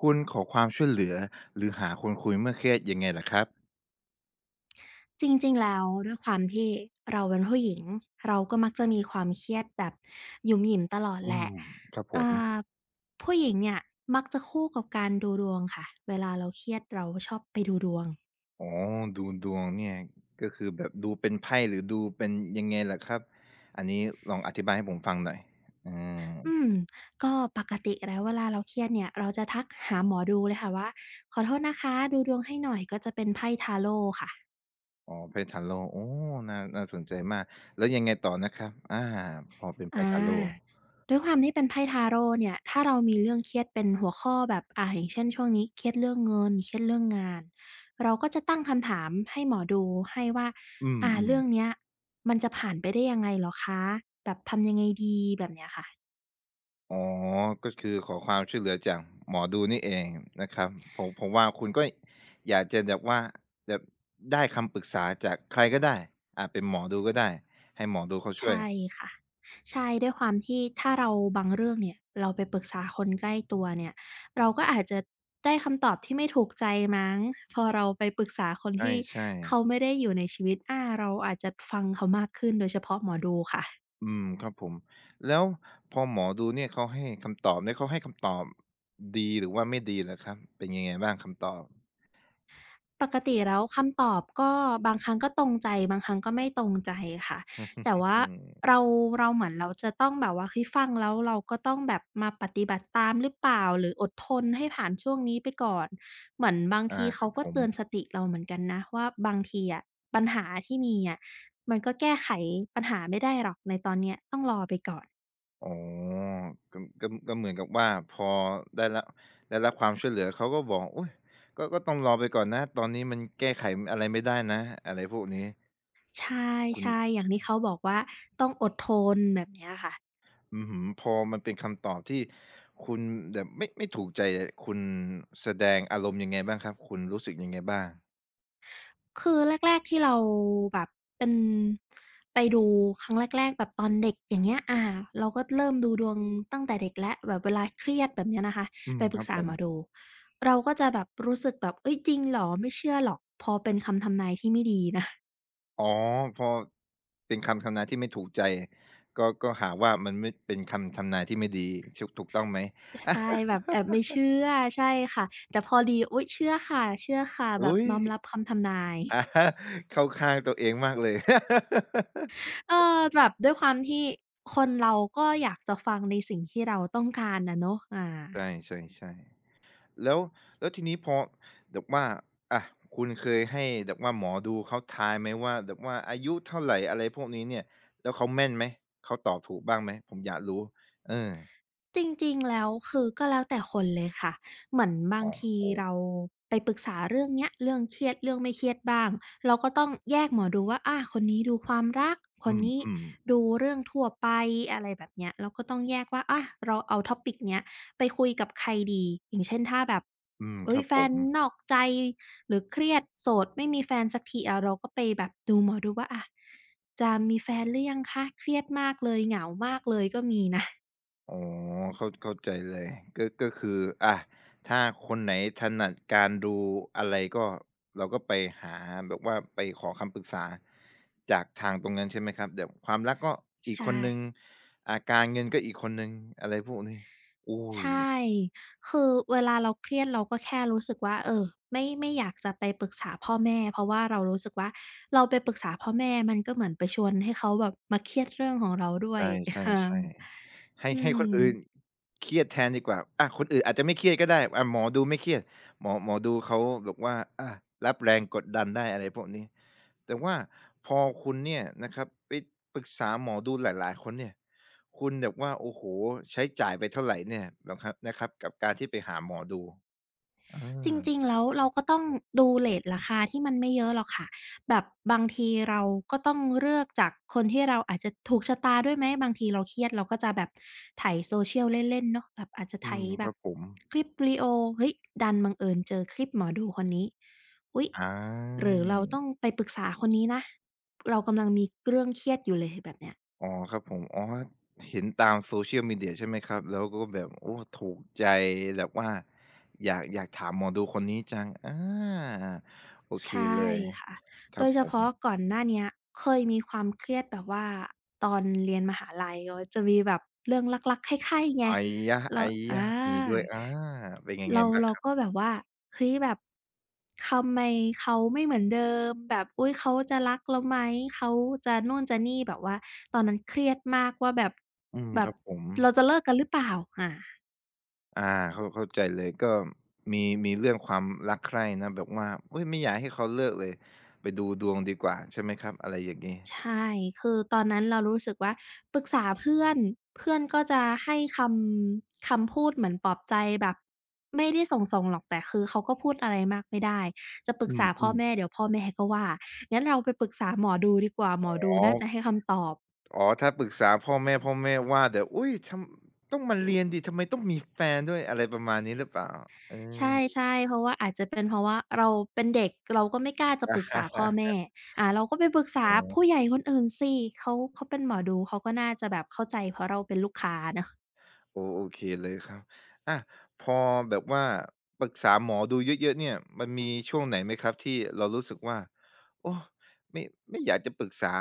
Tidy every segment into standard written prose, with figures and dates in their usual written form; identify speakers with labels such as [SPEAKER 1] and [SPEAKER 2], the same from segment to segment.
[SPEAKER 1] คุณขอความช่วยเหลือหรือหาคนคุยเมื่อเครียดยังไงล่ะครับ
[SPEAKER 2] จริงๆแล้วด้วยความที่เราเป็นผู้หญิงเราก็มักจะมีความเครียดแบบหยุมหยิมตลอด
[SPEAKER 1] อื
[SPEAKER 2] แหละ
[SPEAKER 1] มครับผ
[SPEAKER 2] อ่
[SPEAKER 1] ม
[SPEAKER 2] าผู้หญิงเนี่ยมักจะคู่กับการดูดวงค่ะเวลาเราเครียดเราชอบไปดูดวง
[SPEAKER 1] อ๋อดูดวงเนี่ยก็คือแบบดูเป็นไพ่หรือดูเป็นยังไงล่ะครับอันนี้ลองอธิบายให้ผมฟังหน่อยอา
[SPEAKER 2] อืมก็ปกติแล้วเวลาเราเครียดเนี่ยเราจะทักหาหมอดูเลยค่ะว่าขอโทษนะคะดูดวงให้หน่อยก็จะเป็นไพ่ทาโรต์ค่ะ
[SPEAKER 1] อ๋อไพ่ tarot โอ้น่าสนใจมากแล้วยังไงต่อนะครับอาพอเป็น
[SPEAKER 2] อา
[SPEAKER 1] ไพ่ tarot
[SPEAKER 2] ด้วยความที่เป็นไพ่ทาโร่เนี่ยถ้าเรามีเรื่องเครียดเป็นหัวข้อแบบอย่างเช่นช่วงนี้เครียดเรื่องเงินเครียดเรื่องงานเราก็จะตั้งคำถามให้หมอดูให้ว่า
[SPEAKER 1] อืม
[SPEAKER 2] เรื่อง
[SPEAKER 1] ๆ
[SPEAKER 2] เนี้ยมันจะผ่านไปได้ยังไงเหรอคะแบบทำยังไงดีแบบเนี้ยค่ะ
[SPEAKER 1] อ๋อก็คือขอความช่วยเหลือจากหมอดูนี่เองนะครับผมว่าคุณก็อยากจะแบบว่าแบบได้คำปรึกษาจากใครก็ได้อาจเป็นหมอดูก็ได้ให้หมอดูเขาช่วย
[SPEAKER 2] ใช่ค่ะ ใช่ด้วยความที่ถ้าเราบางเรื่องเนี่ยเราไปปรึกษาคนใกล้ตัวเนี่ยเราก็อาจจะได้คำตอบที่ไม่ถูกใจมั้งพอเราไปปรึกษาคน
[SPEAKER 1] ใ
[SPEAKER 2] ที่
[SPEAKER 1] ช่
[SPEAKER 2] เขา
[SPEAKER 1] ๆ
[SPEAKER 2] ไม่ได้อยู่ในชีวิตเราอาจจะฟังเขามากขึ้นโดยเฉพาะหมอดูค่ะ
[SPEAKER 1] อืมครับผมแล้วพอหมอดูเนี่ยเขาให้คำตอบเนี่ยเขาให้คำตอบดีหรือว่าไม่ดีเหรอครับเป็นยังไงบ้างคำตอบ
[SPEAKER 2] ปกติแล้วคำตอบก็บางครั้งก็ตรงใจบางครั้งก็ไม่ตรงใจค่ะแต่ว่า
[SPEAKER 1] อือ
[SPEAKER 2] เราเราเหมือนเราจะต้องแบบว่าเฮ้ยฟังแล้วเราก็ต้องแบบมาปฏิบัติตามหรือเปล่าหรืออดทนให้ผ่านช่วงนี้ไปก่อนเหมือนบาง
[SPEAKER 1] อา
[SPEAKER 2] ที
[SPEAKER 1] ค
[SPEAKER 2] เขา
[SPEAKER 1] รับ
[SPEAKER 2] ก็
[SPEAKER 1] ผม
[SPEAKER 2] เตือนสติเราเหมือนกันนะว่าบางทีอะปัญหาที่มีอะมันก็แก้ไขปัญหาไม่ได้หรอกในตอนเนี้ยต้องรอไปก่อน
[SPEAKER 1] อ๋อก็เหมือนกับว่าพอได้รับได้รับความช่วยเหลือเขาก็บอกอุ๊ยก็ต้องรอไปก่อนนะตอนนี้มันแก้ไขอะไรไม่ได้นะอะไรพวกนี้
[SPEAKER 2] ใช
[SPEAKER 1] คุณ
[SPEAKER 2] ่ๆอย่างที่เขาบอกว่าต้องอดทนแบบเนี้ยค่ะ
[SPEAKER 1] อือฮพอมันเป็นคำตอบที่คุณแบบไม่ถูกใจอะคุณแสดงอารมณ์ยังไงบ้างครับคุณรู้สึกยังไงบ้าง
[SPEAKER 2] คือแรกๆที่เราแบบเป็นไปดูครั้งแรกๆแบบตอนเด็กอย่างเงี้ยเราก็เริ่มดูดวงตั้งแต่เด็กแล้วแบบเวลาเครียดแบบเนี้ยนะคะ
[SPEAKER 1] อื
[SPEAKER 2] ไป
[SPEAKER 1] ม
[SPEAKER 2] ป
[SPEAKER 1] ค
[SPEAKER 2] รึ
[SPEAKER 1] รั
[SPEAKER 2] ก
[SPEAKER 1] บ
[SPEAKER 2] ษา
[SPEAKER 1] ผ
[SPEAKER 2] ห
[SPEAKER 1] ม
[SPEAKER 2] มอดูเราก็จะแบบรู้สึกแบบเฮ้ยจริงเหรอไม่เชื่อหรอกพอเป็นคำทำนายที่ไม่ดีนะ
[SPEAKER 1] อ๋อพอเป็นคำทำนายที่ไม่ถูกใจก็หาว่ามันไม่เป็นคำทำนายที่ไม่ดีชถูกต้องไหม
[SPEAKER 2] ใช่แบบแอบไม่เชื่อใช่ค่ะแต่พอดีอุ๊ยเชื่อค่ะเชื่อค่ะแบบ
[SPEAKER 1] อุ๊ย
[SPEAKER 2] น้อมรับคำทำนาย
[SPEAKER 1] อาเข้าข้างตัวเองมากเลย
[SPEAKER 2] เออแบบด้วยความที่คนเราก็อยากจะฟังในสิ่งที่เราต้องการอะเนาะ
[SPEAKER 1] ใช่ๆๆแล้วทีนี้พอแบบว่าอะคุณเคยให้แบบว่าหมอดูเขาทายไหมว่าแบบว่าอายุเท่าไรอะไรพวกนี้เนี่ยแล้วเขาแม่นไหมเขาตอบถูกบ้างไหมผมอยากรู้เออ
[SPEAKER 2] จริงๆแล้วคือก็แล้วแต่คนเลยค่ะเหมือนบาง
[SPEAKER 1] อ๋
[SPEAKER 2] ที
[SPEAKER 1] อ
[SPEAKER 2] เราไปปรึกษาเรื่องเนี้ยเรื่องเครียดเรื่องไม่เครียดบ้างเราก็ต้องแยกหมอดูว่าคนนี้ดูความรักค
[SPEAKER 1] อื
[SPEAKER 2] นนี้
[SPEAKER 1] มๆ
[SPEAKER 2] ดูเรื่องทั่วไปอะไรแบบเนี้ยเราก็ต้องแยกว่าเราเอา topic เนี้ยไปคุยกับใครดีอย่างเช่นถ้าแบบ
[SPEAKER 1] อืมค
[SPEAKER 2] เฮ้ย
[SPEAKER 1] รับ
[SPEAKER 2] แฟ
[SPEAKER 1] ผ
[SPEAKER 2] น
[SPEAKER 1] ม
[SPEAKER 2] นอกใจหรือเครียดโสดไม่มีแฟนสักทีเราก็ไปแบบดูหมอดูว่าจะมีแฟนหรือยังคะเครียดมากเลยเหงามากเลยก็มีนะ
[SPEAKER 1] อ๋อเข้าใจเลยก็ก็คืออะถ้าคนไหนถนัดการดูอะไรก็เราก็ไปหาแบบว่าไปขอคำปรึกษาจากทางตรงนั้นใช่ไหมครับแบบความรักก็ อีก
[SPEAKER 2] ใช่
[SPEAKER 1] คนหนึ่งอ่าการเงินก็อีกคนหนึ่งอะไรพวกนี้โอ้
[SPEAKER 2] ใช่
[SPEAKER 1] โฮ
[SPEAKER 2] คือเวลาเราเครียดเราก็แค่รู้สึกว่าไม่อยากจะไปปรึกษาพ่อแม่เพราะว่าเรารู้สึกว่าเราไปปรึกษาพ่อแม่มันก็เหมือนไปชวนให้เขาแบบมาเครียดเรื่องของเราด้ว
[SPEAKER 1] ใ
[SPEAKER 2] ย
[SPEAKER 1] ช
[SPEAKER 2] ค่ะ
[SPEAKER 1] ่ๆๆให้
[SPEAKER 2] อื
[SPEAKER 1] ให้คน
[SPEAKER 2] ม
[SPEAKER 1] อื่นเครียดแทนดีกว่าอาคนอื่นอาจจะไม่เครียดก็ได้อาหมอดูไม่เครียดหมอดูเขาแบบว่าอารับแรงกดดันได้อะไรพวกนี้แต่ว่าพอคุณเนี่ยนะครับไปปรึกษาหมอดูหลายๆคนเนี่ยคุณแบบว่าโอ้โฮใช้จ่ายไปเท่าไรเนี่ยนะครับนะครับกับการที่ไปหาหมอดูเอ
[SPEAKER 2] จ
[SPEAKER 1] อ
[SPEAKER 2] ริงๆแล้วเราก็ต้องดูเรตราคาที่มันไม่เยอะหรอกค่ะแบบบางทีเราก็ต้องเลือกจากคนที่เราอาจจะถูกชะตาด้วยไหมบางทีเราเครียดเราก็จะแบบไถ social เล่นๆเนาะแบบอาจจะไถ
[SPEAKER 1] อืม
[SPEAKER 2] แบ
[SPEAKER 1] ค
[SPEAKER 2] บ
[SPEAKER 1] รับผม
[SPEAKER 2] คลิปวิดีโอเฮ้ยดันบังเอิญเจอคลิปหมอดูคนนี้อุ๊ย
[SPEAKER 1] อา
[SPEAKER 2] หรือเราต้องไปปรึกษาคนนี้นะเรากำลังมีเรื่องเครียดอยู่เลยแบบเนี้ย
[SPEAKER 1] อ๋อครับผมอ๋อเห็นตาม Social Media ใช่ไหมครับแล้วก็แบบโอ้ถูกใจแบบว่าอยากอยากถามหมอดูคนนี้จังอาโอเค
[SPEAKER 2] ใช่
[SPEAKER 1] เลย
[SPEAKER 2] ค่ะ
[SPEAKER 1] ค
[SPEAKER 2] โด
[SPEAKER 1] รับ
[SPEAKER 2] ย
[SPEAKER 1] ผ
[SPEAKER 2] เฉพาะ
[SPEAKER 1] ม
[SPEAKER 2] ก่อนหน้าเนี้ยเคยมีความเครียดแบบว่าตอนเรียนมหาลัยก็จะมีแบบเรื่องรักๆใคร่ๆไง
[SPEAKER 1] อัยยะ
[SPEAKER 2] เรา
[SPEAKER 1] อัยยะ
[SPEAKER 2] อา
[SPEAKER 1] มีด้วยอาเป็นยังไง
[SPEAKER 2] เรา
[SPEAKER 1] บ้าง
[SPEAKER 2] เรา
[SPEAKER 1] ครั
[SPEAKER 2] ก็
[SPEAKER 1] บ
[SPEAKER 2] แบบว่าเฮ้ยแบบทำไมเขาไม่เหมือนเดิมแบบอุ๊ยเขาจะรักเราไหมเขาจะนู่นจะนี่แบบว่าตอนนั้นเครียดมากว่าแบบ
[SPEAKER 1] อืม
[SPEAKER 2] แบ
[SPEAKER 1] ค
[SPEAKER 2] บ
[SPEAKER 1] รับผม
[SPEAKER 2] เราจะเลิกกันหรือเปล่าอา
[SPEAKER 1] อาเข้าใจเลยก็มีมีเรื่องความรักใคร่นะแบบว่าเฮ้ยไม่อยากให้เขาเลิกเลยไปดูดวงดีกว่าใช่ไหมครับอะไรอย่างงี้
[SPEAKER 2] ใช่คือตอนนั้นเรารู้สึกว่าปรึกษาเพื่อนเพื่อนก็จะให้คำพูดเหมือนปลอบใจแบบไม่ได้ส่งๆหรอกแต่คือเขาก็พูดอะไรมากไม่ได้จะปรึก
[SPEAKER 1] อื
[SPEAKER 2] ษาพ่อ
[SPEAKER 1] ม
[SPEAKER 2] แม่เดี๋ยวพ่อแม่ก็ว่างั้นเราไปปรึกษาหมอดูดีกว่าหมอดู
[SPEAKER 1] ๆอ๋อ
[SPEAKER 2] น่าจะให้คำตอบ
[SPEAKER 1] อ๋อถ้าปรึกษาพ่อแม่พ่อแม่ว่าแต่อุ๊ยทำต้องมาเรียนสิทำไมต้องมีแฟนด้วยอะไรประมาณนี้หรือเปล่าเออ
[SPEAKER 2] ใช่ๆเพราะว่าอาจจะเป็นเพราะว่าเราเป็นเด็กเราก็ไม่กล้าจะปรึกษาพ่อแม่ เราก็ไปปรึกษา
[SPEAKER 1] อ๋อ
[SPEAKER 2] ผู้ใหญ่คนอื่นสิเขาเป็นหมอดูเขาก็น่าจะแบบเข้าใจเพราะเราเป็นลูกค้าเนาะ
[SPEAKER 1] โอ้โอเคเลยครับอาพอแบบว่าปรึกษาหมอดูเยอะๆเนี่ยมันมีช่วงไหนไหมครับที่เรารู้สึกว่าโอ้ไม่ไม่อยากจะปรึกษา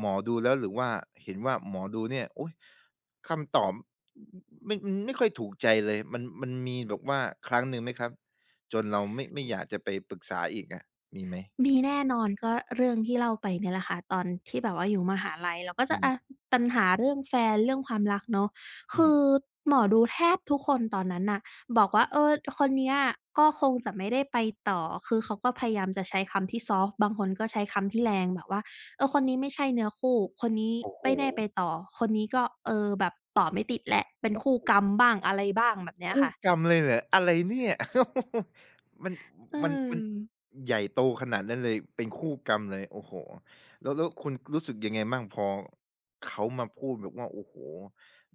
[SPEAKER 1] หมอดูแล้วหรือว่าเห็นว่าหมอดูเนี่ยอุ๊ยคำตอบไม่มันไม่ค่อยถูกใจเลยมันมีแบบว่าครั้งหนึ่งไหมครับจนเราไม่อยากจะไปปรึกษาอีกอะมีไหม
[SPEAKER 2] มีแน่นอนก็เรื่องที่เล่าไปเนี่ยแหละค่ะตอนที่แบบว่าอยู่มหาลัยเราก็จะ
[SPEAKER 1] อื
[SPEAKER 2] อะ
[SPEAKER 1] ม
[SPEAKER 2] ปัญหาเรื่องแฟนเรื่องความรักเนาะ
[SPEAKER 1] อื
[SPEAKER 2] คื
[SPEAKER 1] ม
[SPEAKER 2] อหมอดูแทบทุกคนตอนนั้นน่ะบอกว่าเออคนเนี้ยก็คงจะไม่ได้ไปต่อคือเขาก็พยายามจะใช้คำที่ซอฟต์บางคนก็ใช้คำที่แรงแบบว่าเออคนนี้ไม่ใช่เนื้อคู่คนนี้
[SPEAKER 1] โอ้โฮ
[SPEAKER 2] ไม่ได้ไปต่อคนนี้ก็เออแบบต่อไม่ติดแหละเป็นคู่กรรมบ้างอะไรบ้างแบบเนี้ย
[SPEAKER 1] คู่
[SPEAKER 2] ค่ะ
[SPEAKER 1] กรรมเลยเหรออะไรเนี่ย มัน
[SPEAKER 2] เอ
[SPEAKER 1] มัน
[SPEAKER 2] อ
[SPEAKER 1] ใหญ่โตขนาดนั้นเลยเป็นคู่กรรมเลยโอ้โฮแล้วคุณรู้สึกยังไงบ้างพอเขามาพูดแบบว่าโอ้โฮ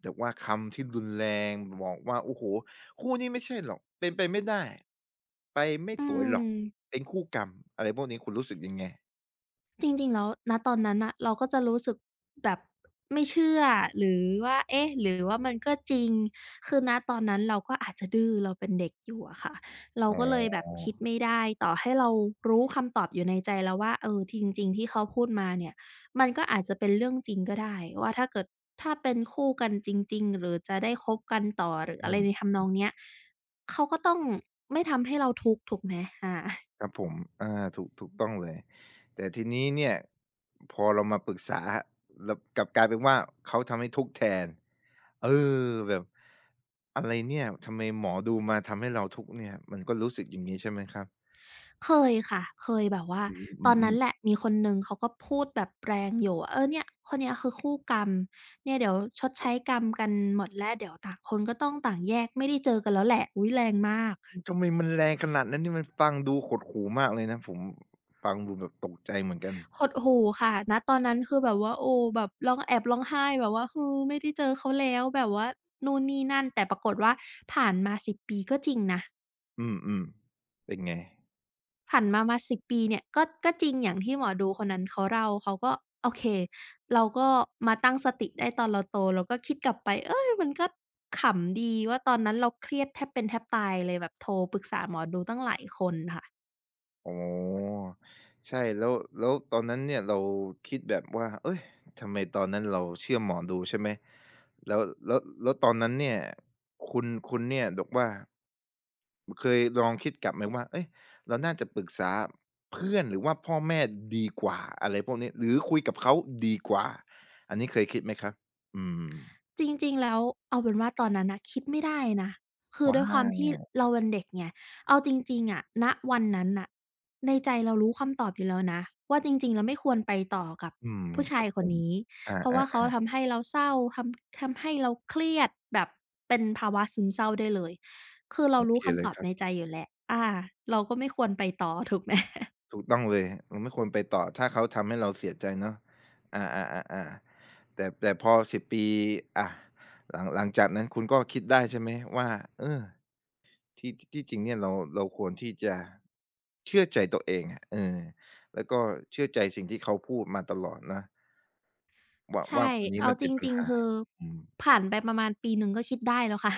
[SPEAKER 1] แบบว่าคำที่รุนแรงบอกว่าโอ้โฮคู่นี้ไม่ใช่หรอกเป็นไปไม่ได้ไปไม่
[SPEAKER 2] อื
[SPEAKER 1] สวยห
[SPEAKER 2] ม
[SPEAKER 1] รอกเป็นคู่กรรมอะไรพวกนี้คุณรู้สึกยังไง
[SPEAKER 2] จริงๆแล้วณตอนนั้นน่ะเราก็จะรู้สึกแบบไม่เชื่อหรือว่าเอ๊ะหรือว่ามันก็จริงคือณตอนนั้นเราก็อาจจะดื้อเราเป็นเด็กอยู่อะค่ะเรา
[SPEAKER 1] อ๋
[SPEAKER 2] ก็เลยแบบ
[SPEAKER 1] อ
[SPEAKER 2] คิดไม่ได้ต่อให้เรารู้คำตอบอยู่ในใจแล้วว่าเออจริงๆที่เขาพูดมาเนี่ยมันก็อาจจะเป็นเรื่องจริงก็ได้ว่าถ้าเกิดถ้าเป็นคู่กันจริงๆหรือจะได้คบกันต่อหรือ
[SPEAKER 1] อื
[SPEAKER 2] อะไรใน
[SPEAKER 1] ม
[SPEAKER 2] ทำนองเนี้ยเขาก็ต้องไม่ทำให้เราทุกข์ถูกไหมอา
[SPEAKER 1] ครับผมอาถูกต้องเลยแต่ทีนี้เนี่ยพอเรามาปรึกษาเรากลับกลายเป็นว่าเขาทำให้ทุกข์แทนเออแบบอะไรเนี่ยทำไมหมอดูมาทำให้เราทุกข์เนี่ยมันก็รู้สึกอย่างงี้ใช่ไหมครับ
[SPEAKER 2] เคยค่ะ เคยแบบว่า
[SPEAKER 1] อืม
[SPEAKER 2] ตอน
[SPEAKER 1] อื
[SPEAKER 2] นั้
[SPEAKER 1] ม
[SPEAKER 2] นแหละ มีคนหนึ่งเขาก็พูดแบบแรงอยู่ว่า เออเนี่ยคนเนี้ยคือคู่กรรมเนี่ยเดี๋ยวชดใช้กรรมกันหมดแล้วเดี๋ยวต่างคนก็ต้องต่างแยกไม่ได้เจอกันแล้วแหละอุ๊ยแรงมาก
[SPEAKER 1] ๆทำไมมันแรงขนาดนั้นนี่มันฟังดูหดหู่มากเลยนะผมฟังดูแบบตกใจเหมือนกัน
[SPEAKER 2] หดหู่ค่ะณตอนนั้นคือแบบว่าโอ้แบบร้องแอบร้องไห้แบบว่าฮือไม่ได้เจอเขาแล้วแบบว่านู่นนี่นั่นแต่ปรากฏว่าผ่านมาสิบปีก็จริงนะ
[SPEAKER 1] อืมๆเป็นไง
[SPEAKER 2] ผ่านมา10 ปีเนี่ยก็จริงอย่างที่หมอดูคนนั้นเขาเล่าเขาก็โอเคเราก็มาตั้งสติได้ตอนเราโตเราก็คิดกลับไปเฮ้ยมันก็ขำดีว่าตอนนั้นเราเครียดแทบเป็นแทบตายเลยแบบโทรปรึกษาหมอดูตั้งหลายคนค่ะ
[SPEAKER 1] อ๋อใช่แล้วแล้วตอนนั้นเนี่ยเราคิดแบบว่าเฮ้ยทำไมตอนนั้นเราเชื่อหมอดูใช่ไหมแล้วแล้วแล้วตอนนั้นเนี่ยคุณเนี่ยแบบว่าเคยลองคิดกลับไหมว่าเฮ้ยเราน่าจะปรึกษาเพื่อนหรือว่าพ่อแม่ดีกว่าอะไรพวกนี้หรือคุยกับเขาดีกว่าอันนี้เคยคิดไหมครับอืม
[SPEAKER 2] จริงๆแล้วเอาเป็นว่าตอนนั้นน่ะคิดไม่ได้นะคือ
[SPEAKER 1] ว้า
[SPEAKER 2] ด้วยความที่
[SPEAKER 1] ย
[SPEAKER 2] เราเป็นเด็กไงเอาจริงๆอะณวันนั้นน่ะในใจเรารู้คำตอบอยู่แล้วนะว่าจริงๆแล้วไม่ควรไปต่อกับ
[SPEAKER 1] อืม
[SPEAKER 2] ผู้
[SPEAKER 1] ค
[SPEAKER 2] ชา
[SPEAKER 1] รั
[SPEAKER 2] ย
[SPEAKER 1] บ
[SPEAKER 2] ค
[SPEAKER 1] ผ
[SPEAKER 2] น
[SPEAKER 1] ม
[SPEAKER 2] นี้
[SPEAKER 1] อ
[SPEAKER 2] เพราะว่าเขา
[SPEAKER 1] า
[SPEAKER 2] ทำให้เราเศร้าทำให้เราเครียดแบบเป็นภาวะซึมเศร้าได้เลยคือ
[SPEAKER 1] ๆ
[SPEAKER 2] เรา
[SPEAKER 1] โอเค
[SPEAKER 2] รู้
[SPEAKER 1] เล
[SPEAKER 2] คำต
[SPEAKER 1] ย
[SPEAKER 2] อบ
[SPEAKER 1] ครั
[SPEAKER 2] ใน
[SPEAKER 1] บ
[SPEAKER 2] ใจอยู่แล้วอาเราก็ไม่ควรไปต่อถูกไหม
[SPEAKER 1] ถูกต้องเลยเราไม่ควรไปต่อถ้าเขาทำให้เราเสียใจเนาะอาๆๆๆแต่พอ10ปีอะหลังจากนั้นคุณก็คิดได้ใช่ไหมว่าเออที่จริงเนี่ยเราควรที่จะเชื่อใจตัวเองอะเออแล้วก็เชื่อใจสิ่งที่เขาพูดมาตลอดนะว่า
[SPEAKER 2] ใช่
[SPEAKER 1] คนนี้
[SPEAKER 2] เอา
[SPEAKER 1] มัน
[SPEAKER 2] จ
[SPEAKER 1] เป็นปัญ
[SPEAKER 2] ริงๆ
[SPEAKER 1] หา
[SPEAKER 2] คือ
[SPEAKER 1] อืม
[SPEAKER 2] ผ่านไปประมาณปีหนึ่งก็คิดได้แล้วค่ะ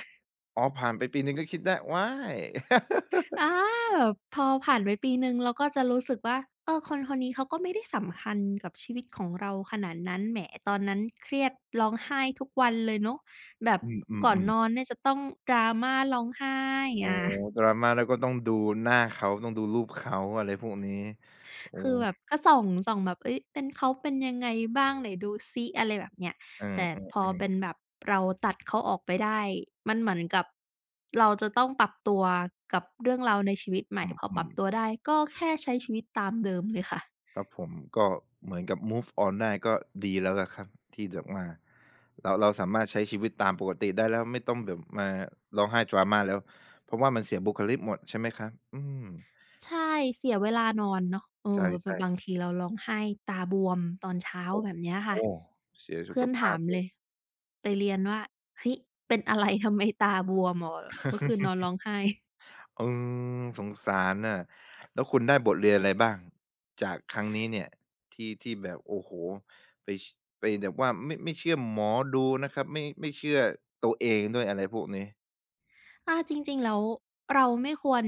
[SPEAKER 1] อ๋อผ่านไปปีหนึ่งก็คิดได้ว้าย
[SPEAKER 2] อาพอผ่านไปปีหนึ่งเราก็จะรู้สึกว่าเออคนคนนี้เขาก็ไม่ได้สำคัญกับชีวิตของเราขนาดนั้นแหมตอนนั้นเครียดร้องไห้ทุกวันเลยเนาะแบบ
[SPEAKER 1] อื
[SPEAKER 2] ก่อน
[SPEAKER 1] ม
[SPEAKER 2] น
[SPEAKER 1] ๆ
[SPEAKER 2] อน
[SPEAKER 1] ๆ
[SPEAKER 2] เนี่ยจะต้อง drama ร้องไห้
[SPEAKER 1] อ๋อ
[SPEAKER 2] อา
[SPEAKER 1] drama แล้วก็ต้องดูหน้าเขาต้องดูรูปเขาอะไรพวกนี้โอ้
[SPEAKER 2] คือแบบก็ส่องแบบเฮ้ยเป็นเขาเป็นยังไงบ้างไหนดูซิอะไรแบบเนี้ย
[SPEAKER 1] เอ
[SPEAKER 2] แต่พอ
[SPEAKER 1] อ
[SPEAKER 2] เป็น
[SPEAKER 1] ๆ
[SPEAKER 2] แบบเราตัดเขาออกไปได้มันเหมือนกับเราจะต้องปรับตัวกับเรื่องราวในชีวิตให
[SPEAKER 1] ๆอ
[SPEAKER 2] ม่พอ
[SPEAKER 1] ื
[SPEAKER 2] ปรั
[SPEAKER 1] ม
[SPEAKER 2] บตัว
[SPEAKER 1] ๆ
[SPEAKER 2] ได้ก็แค่ใช้ชีวิตตามเดิมเลยค่ะ
[SPEAKER 1] ครับผมก็เหมือนกับ move on ได้ก็ดีแล้วล่ะครับที่แบบว่าเราสามารถใช้ชีวิตตามปกติได้แล้วไม่ต้องแบบมาร้องไห้ drama แล้วเพราะว่ามันเสียบุคลิกหมดใช่ไหมครับอืม
[SPEAKER 2] ใช่เสียเวลานอนเนาะเออ
[SPEAKER 1] ใช่
[SPEAKER 2] บบางทีเราร้องไห้ตาบวมตอนเช้า
[SPEAKER 1] ๆโอ้
[SPEAKER 2] แบบเนี้ย
[SPEAKER 1] โฮ
[SPEAKER 2] ค่ะ
[SPEAKER 1] เสียสุ
[SPEAKER 2] เพื่
[SPEAKER 1] ข
[SPEAKER 2] อน
[SPEAKER 1] ภา
[SPEAKER 2] ถา
[SPEAKER 1] พ
[SPEAKER 2] ม
[SPEAKER 1] เล
[SPEAKER 2] เล
[SPEAKER 1] ย
[SPEAKER 2] ยไปเรียนว่าเฮ้ยเป็นอะไรทำไมตาบวมเหรอเมื่อคืนนอนร้องไห้
[SPEAKER 1] เออสงสารน่ะแล้วคุณได้บทเรียนอะไรบ้างจากครั้งนี้เนี่ยที่แบบโอ้โฮไปชไปแบบว่าไม่เชื่อหมอดูนะครับไม่เชื่อตัวเองด้วยอะไรพวกนี้
[SPEAKER 2] อาจริงๆแล้วเราไม่ควร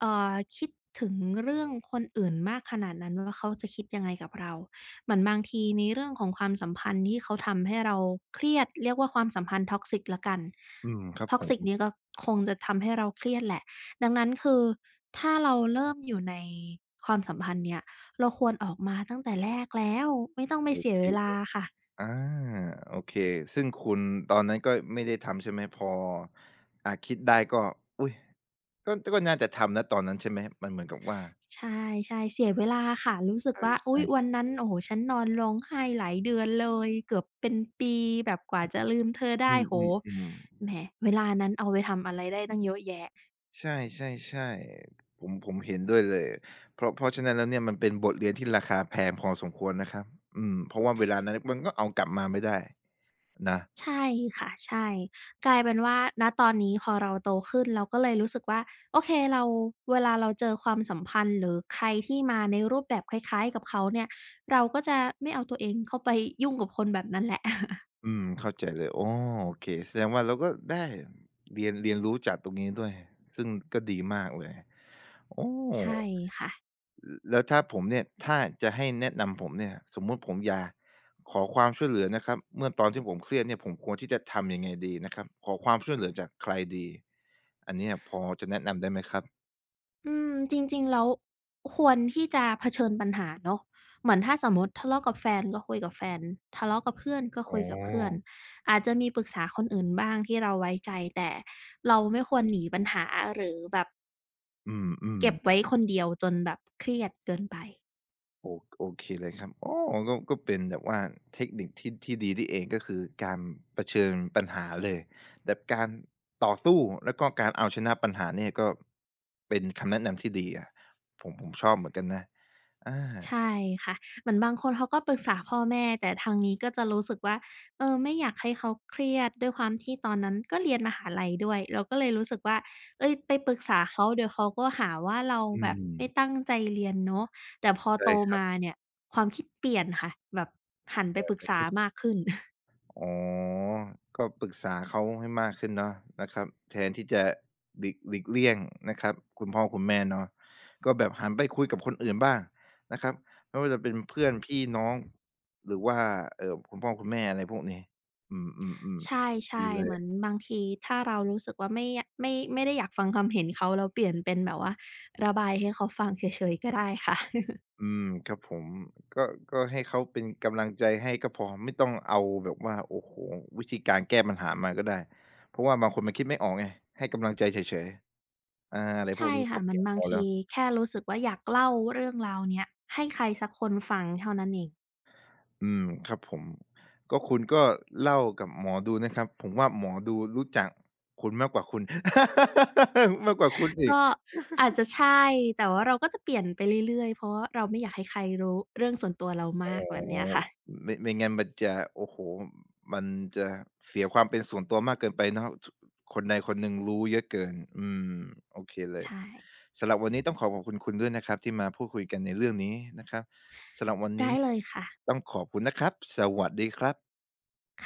[SPEAKER 2] คิดถึงเรื่องคนอื่นมากขนาดนั้นว่าเขาจะคิดยังไงกับเราเหมือนบางทีในเรื่องของความสัมพันธ์ที่เขาทำให้เราเครียดเรียกว่าความสัมพันธ์ toxic แล้วกัน
[SPEAKER 1] อืมครับผม
[SPEAKER 2] toxic เนี่ยก็คงจะทำให้เราเครียดแหละดังนั้นคือถ้าเราเริ่มอยู่ในความสัมพันธ์เนี่ยเราควรออกมาตั้งแต่แรกแล้วไม่ต้องไป
[SPEAKER 1] โอ
[SPEAKER 2] เสีย
[SPEAKER 1] เค
[SPEAKER 2] เวลาค่ะ
[SPEAKER 1] อาโอเคซึ่งคุณตอนนั้นก็ไม่ได้ทำใช่ไหมพออ่าคิดได้ก็อุ๊ยก็น่าจะทำนะตอนนั้นใช่ไหมมันเหมือนกับว่า
[SPEAKER 2] ใช่ๆเสียเวลาค่ะรู้สึ
[SPEAKER 1] ใ
[SPEAKER 2] กว่าอุ๊ย
[SPEAKER 1] ช่
[SPEAKER 2] วันนั้นโอ้โฮฉันนอนร้องไห้หลายเดือนเลยเกือบเป็นปีแบบกว่าจะลืมเธอ
[SPEAKER 1] ๆอ
[SPEAKER 2] ได้โอ้โฮ
[SPEAKER 1] ืมๆ
[SPEAKER 2] แหมเวลานั้นเอาไปทำอะไรได้ตั้งเยอะแยะ
[SPEAKER 1] ๆใช่ๆๆผมเห็นด้วยเลยเพราะฉะนั้นแล้วเนี่ยมันเป็นบทเรียนที่ราคาแพงพอสมควรนะครับอืมเพราะว่าเวลานั้นมันก็เอากลับมาไม่ได้นะ
[SPEAKER 2] ใช่ค่ะใช่กลายเป็นว่าณตอนนี้พอเราโตขึ้นเราก็เลยรู้สึกว่าโอเคเราเวลาเราเจอความสัมพันธ์หรือใครที่มาในรูปแบบคล้ายๆกับเขาเนี่ยเราก็จะไม่เอาตัวเองเข้าไปยุ่งกับคนแบบนั้นแหละ
[SPEAKER 1] อืมเข้าใจเลยอ๋อโอเคแสดงว่าเราก็ได้เรียนรู้จากตรงนี้ด้วยซึ่งก็ดีมากเลยโอ้
[SPEAKER 2] ใช่ค่ะ
[SPEAKER 1] ลแล้วถ้าผมเนี่ยถ้าจะให้แนะนำผมเนี่ยสมมุติผมอยากขอความช่วยเหลือนะครับเมื่อตอนที่ผมเครียดเนี่ยผมควรที่จะทำยังไงดีนะครับขอความช่วยเหลือจากใครดีอันเนี้ยพอจะแนะนำได้ไหมครับ
[SPEAKER 2] อืมจริงๆแล้วควรที่จะเผชิญปัญหาเนาะเหมือนถ้าสมมติทะเลาะกับแฟนก็คุยกับแฟนทะเลาะกับเพื่อนก็
[SPEAKER 1] อ๋
[SPEAKER 2] คุยกับเพื่อน
[SPEAKER 1] อ
[SPEAKER 2] อาจจะมีปรึกษาคนอื่นบ้างที่เราไว้ใจแต่เราไม่ควรหนีปัญหาหรือแบบ
[SPEAKER 1] อืม
[SPEAKER 2] เก็บไว้
[SPEAKER 1] ๆ
[SPEAKER 2] คนเดียวจนแบบเครียดเกินไป
[SPEAKER 1] โอโอเคเลยครับอ๋อก็เป็นแบบว่าเทคนิคที่ดีนี่เองก็คือการเผชิญปัญหาเลยแบบการต่อสู้แล้วก็การเอาชนะปัญหาเนี่ยก็เป็นคำแนะนำที่ดีอะผมชอบเหมือนกันนะอา
[SPEAKER 2] ใช่ค่ะเหมือนบางคนเขาก็ปรึกษาพ่อแม่แต่ทางนี้ก็จะรู้สึกว่าเออไม่อยากให้เขาเครียดด้วยความที่ตอนนั้นก็เรียนมหาลัยด้วยเราก็เลยรู้สึกว่าเฮ้ยไปปรึกษาเขาเดี๋ยวเขาก็หาว่าเรา
[SPEAKER 1] อื
[SPEAKER 2] แบบ
[SPEAKER 1] ม
[SPEAKER 2] ไม่ตั้งใจเรียนเนาะแต่พอ
[SPEAKER 1] ใช่
[SPEAKER 2] โต
[SPEAKER 1] ครับ
[SPEAKER 2] มาเนี่ยความคิดเปลี่ยนค่ะแบบหันไป
[SPEAKER 1] แบ
[SPEAKER 2] ป
[SPEAKER 1] บ
[SPEAKER 2] รึก
[SPEAKER 1] นั้น
[SPEAKER 2] ษา
[SPEAKER 1] ก็
[SPEAKER 2] มากขึ้น
[SPEAKER 1] อ๋อก็ปรึกษาเขาให้มากขึ้นเนาะนะครับแทนที่จะหลีกเลี่ยงนะครับคุณพ่อคุณแม่เนาะก็แบบหันไปคุยกับคนอื่นบ้างนะครับไม่ว่าจะเป็นเพื่อนพี่น้องหรือว่าคุณพ่อคุณแม่อะไรพวกนี้อืมอืมอืม
[SPEAKER 2] ใ
[SPEAKER 1] ดี
[SPEAKER 2] ช่
[SPEAKER 1] เล
[SPEAKER 2] ๆเหมือน
[SPEAKER 1] ย
[SPEAKER 2] บางทีถ้าเรารู้สึกว่าไม่ได้อยากฟังความเห็นเขาเราเปลี่ยนเป็นแบบว่าระบายให้เขาฟังเฉยๆก็ได้ค่ะ
[SPEAKER 1] อืมครับผมก็ให้เขาเป็นกำลังใจให้ก็พอไม่ต้องเอาแบบว่าโอ้โฮวิธีการแก้ปัญหามาก็ได้เพราะว่าบางคนมันคิดไม่ออกไงให้กำลังใจเฉยๆอาอะไรพวก
[SPEAKER 2] ใช่
[SPEAKER 1] นี้ก็
[SPEAKER 2] ค่ะมั
[SPEAKER 1] เพี
[SPEAKER 2] น
[SPEAKER 1] ยง
[SPEAKER 2] บา
[SPEAKER 1] พ
[SPEAKER 2] ง
[SPEAKER 1] อแล้
[SPEAKER 2] ที
[SPEAKER 1] ว
[SPEAKER 2] แค่รู้สึกว่าอยากเล่าเรื่องราวเนี้ยให้ใครสักคนฟังเท่านั้นเอง
[SPEAKER 1] อืมครับผมก็คุณก็เล่ากับหมอดูนะครับผมว่าหมอดูรู้จักคุณมากกว่าคุณ มากกว่าคุณอีก
[SPEAKER 2] ก็อาจจะใช่แต่ว่าเราก็จะเปลี่ยนไปเรื่อยๆเพราะว่าเราไม่อยากให้ใครรู้เรื่องส่วนตัวเรา
[SPEAKER 1] โอ๋
[SPEAKER 2] มาก
[SPEAKER 1] อ
[SPEAKER 2] แบบเนี้ยค่ะ
[SPEAKER 1] ไม่งั้นมันจะโอ้โหมันจะเสียความเป็นส่วนตัวมากเกินไปเนอะคนใดคนหนึ่งรู้เยอะเกินอืมโอเคเลย
[SPEAKER 2] ใช่
[SPEAKER 1] สำหรับวันนี้ต้องขอบคุณคุณด้วยนะครับที่มาพูดคุยกันในเรื่องนี้นะครับสำหรับวัน
[SPEAKER 2] ได้
[SPEAKER 1] นี้
[SPEAKER 2] เลยค่ะ
[SPEAKER 1] ต้องขอบคุณนะครับสวัสดีครับ
[SPEAKER 2] ค่ะ